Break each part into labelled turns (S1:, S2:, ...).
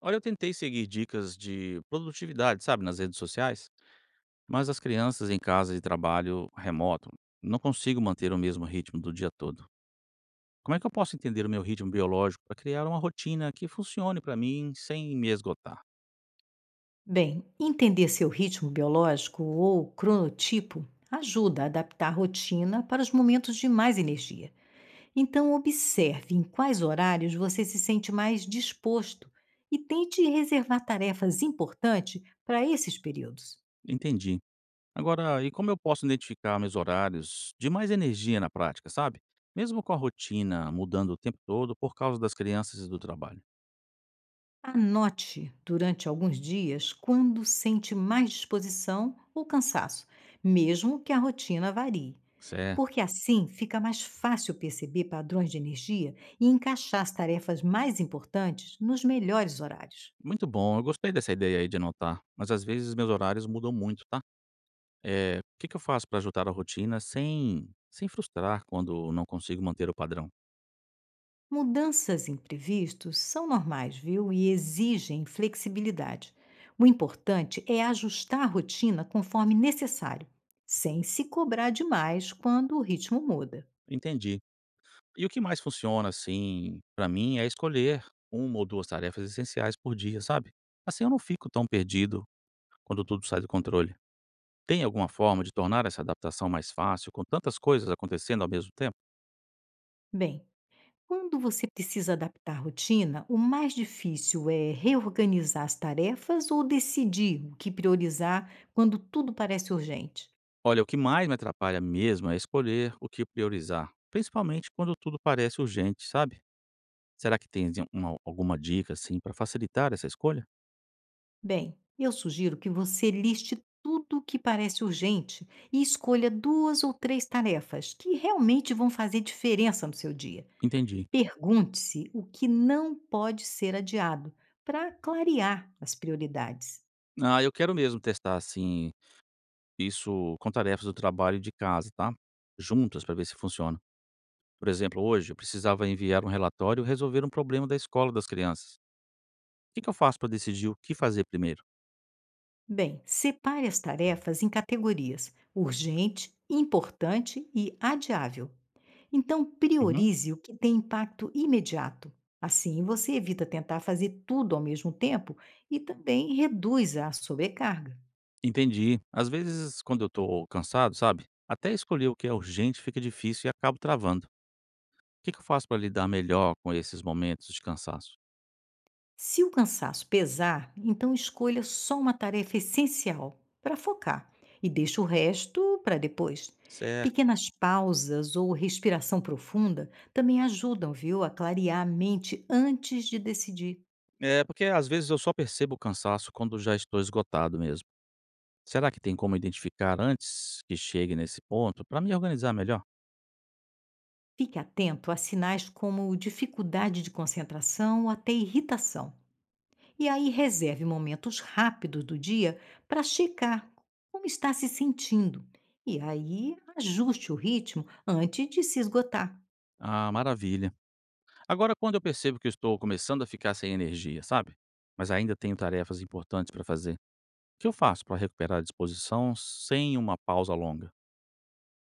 S1: Olha, eu tentei seguir dicas de produtividade, sabe, nas redes sociais, mas as crianças em casa e trabalho remoto, não consigo manter o mesmo ritmo do dia todo. Como é que eu posso entender o meu ritmo biológico para criar uma rotina que funcione para mim sem me esgotar?
S2: Bem, entender seu ritmo biológico ou cronotipo ajuda a adaptar a rotina para os momentos de mais energia. Então, observe em quais horários você se sente mais disposto e tente reservar tarefas importantes para esses períodos.
S1: Entendi. Agora, e como eu posso identificar meus horários de mais energia na prática, sabe? Mesmo com a rotina mudando o tempo todo por causa das crianças e do trabalho.
S2: Anote durante alguns dias quando sente mais disposição ou cansaço, mesmo que a rotina varie.
S1: Certo.
S2: Porque assim fica mais fácil perceber padrões de energia e encaixar as tarefas mais importantes nos melhores horários.
S1: Muito bom, eu gostei dessa ideia aí de anotar, mas às vezes meus horários mudam muito, tá? O que que eu faço para ajudar a rotina sem frustrar quando não consigo manter o padrão?
S2: Mudanças imprevistas são normais, viu? E exigem flexibilidade. O importante é ajustar a rotina conforme necessário, sem se cobrar demais quando o ritmo muda.
S1: Entendi. E o que mais funciona, assim, para mim é escolher uma ou 2 tarefas essenciais por dia, sabe? Assim eu não fico tão perdido quando tudo sai do controle. Tem alguma forma de tornar essa adaptação mais fácil com tantas coisas acontecendo ao mesmo tempo?
S2: Bem, Quando você precisa adaptar a rotina, o mais difícil é reorganizar as tarefas ou decidir o que priorizar quando tudo parece urgente?
S1: Olha, o que mais me atrapalha mesmo é escolher o que priorizar, principalmente quando tudo parece urgente, sabe? Será que tens uma alguma dica, assim, para facilitar essa escolha?
S2: Bem, eu sugiro que você liste tudo o que parece urgente e escolha duas ou três tarefas que realmente vão fazer diferença no seu dia.
S1: Entendi.
S2: Pergunte-se o que não pode ser adiado para clarear as prioridades.
S1: Ah, eu quero mesmo testar, assim, isso com tarefas do trabalho e de casa, tá? Juntas, para ver se funciona. Por exemplo, hoje eu precisava enviar um relatório e resolver um problema da escola das crianças. O que que eu faço para decidir o que fazer primeiro?
S2: Bem, separe as tarefas em categorias: urgente, importante e adiável. Então,
S1: Uhum.
S2: priorize o que tem impacto imediato. Assim, você evita tentar fazer tudo ao mesmo tempo e também reduz a sobrecarga.
S1: Entendi. Às vezes, quando eu tô cansado, sabe? Até escolher o que é urgente fica difícil e acabo travando. O que que eu faço para lidar melhor com esses momentos de cansaço?
S2: Se o cansaço pesar, então escolha só uma tarefa essencial para focar e deixe o resto para depois.
S1: Certo.
S2: Pequenas pausas ou respiração profunda também ajudam, viu, a clarear a mente antes de decidir.
S1: É, porque às vezes eu só percebo o cansaço quando já estou esgotado mesmo. Será que tem como identificar antes que chegue nesse ponto para me organizar melhor?
S2: Fique atento a sinais como dificuldade de concentração ou até irritação. E aí reserve momentos rápidos do dia para checar como está se sentindo. E aí ajuste o ritmo antes de se esgotar.
S1: Ah, maravilha. Agora, quando eu percebo que eu estou começando a ficar sem energia, sabe? Mas ainda tenho tarefas importantes para fazer, o que eu faço para recuperar a disposição sem uma pausa longa?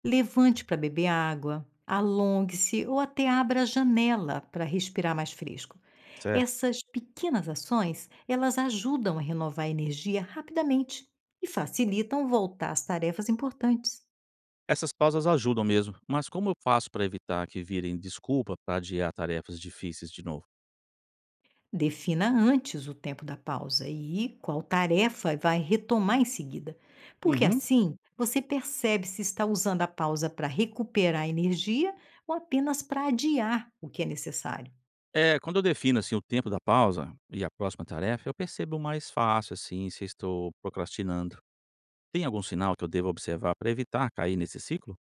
S2: Levante para beber água, alongue-se ou até abra a janela para respirar mais fresco.
S1: Certo.
S2: Essas pequenas ações, elas ajudam a renovar a energia rapidamente e facilitam voltar às tarefas importantes.
S1: Essas pausas ajudam mesmo, mas como eu faço para evitar que virem desculpa para adiar tarefas difíceis de novo?
S2: Defina antes o tempo da pausa e qual tarefa vai retomar em seguida, porque
S1: Uhum.
S2: assim você percebe se está usando a pausa para recuperar energia ou apenas para adiar o que é necessário.
S1: É, quando eu defino assim o tempo da pausa e a próxima tarefa, eu percebo mais fácil assim se estou procrastinando. Tem algum sinal que eu devo observar para evitar cair nesse ciclo?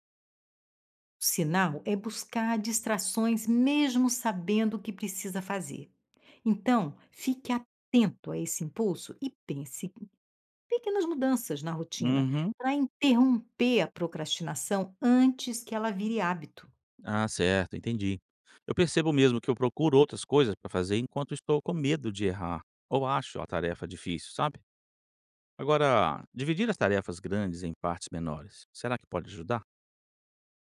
S2: O sinal é buscar distrações mesmo sabendo o que precisa fazer. Então, fique atento a esse impulso e pense em pequenas mudanças na rotina
S1: Uhum.
S2: para interromper a procrastinação antes que ela vire hábito.
S1: Ah, certo, entendi. Eu percebo mesmo que eu procuro outras coisas para fazer enquanto estou com medo de errar ou acho a tarefa difícil, sabe? Agora, dividir as tarefas grandes em partes menores, será que pode ajudar?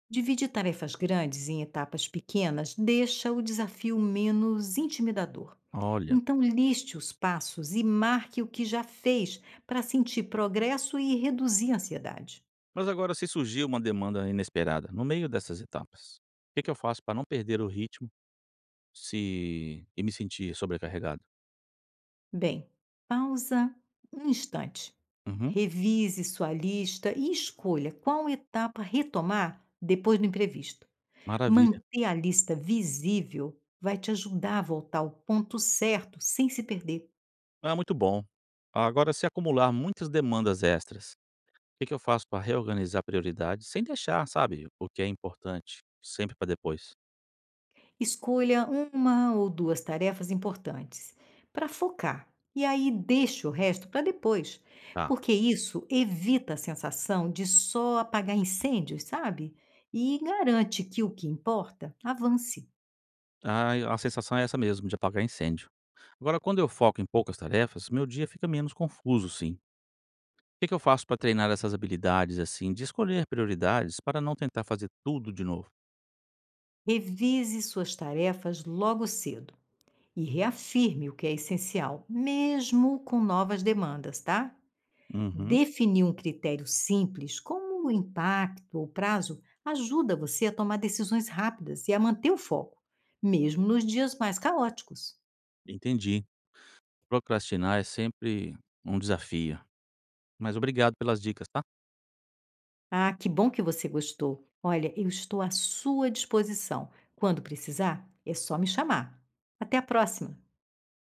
S2: Dividir tarefas grandes em etapas pequenas deixa o desafio menos intimidador.
S1: Olha,
S2: Então, liste os passos e marque o que já fez para sentir progresso e reduzir a ansiedade.
S1: mas agora se surgir uma demanda inesperada no meio dessas etapas, o que eu faço para não perder o ritmo se... e me sentir sobrecarregado?
S2: Bem, pausa um instante.
S1: Uhum.
S2: Revise sua lista e escolha qual etapa retomar depois do imprevisto.
S1: Maravilha.
S2: Manter a lista visível vai te ajudar a voltar ao ponto certo sem se perder.
S1: Ah, muito bom. Agora, se acumular muitas demandas extras, que eu faço para reorganizar prioridades sem deixar, sabe, o que é importante sempre para depois?
S2: Escolha uma ou duas tarefas importantes para focar e aí deixe o resto para depois,
S1: Tá.
S2: porque isso evita a sensação de só apagar incêndios, sabe? E garante que o que importa avance.
S1: Ai, a sensação é essa mesmo, de apagar incêndio. Agora, quando eu foco em poucas tarefas, meu dia fica menos confuso, sim. O que que eu faço para treinar essas habilidades, assim, de escolher prioridades para não tentar fazer tudo de novo?
S2: Revise suas tarefas logo cedo e reafirme o que é essencial, mesmo com novas demandas, tá?
S1: Uhum,
S2: Definir um critério simples, como o impacto ou prazo, ajuda você a tomar decisões rápidas e a manter o foco, mesmo nos dias mais caóticos.
S1: entendi. Procrastinar é sempre um desafio. Mas obrigado pelas dicas, tá?
S2: Ah, que bom que você gostou! Olha, eu estou à sua disposição. Quando precisar, é só me chamar. Até a próxima!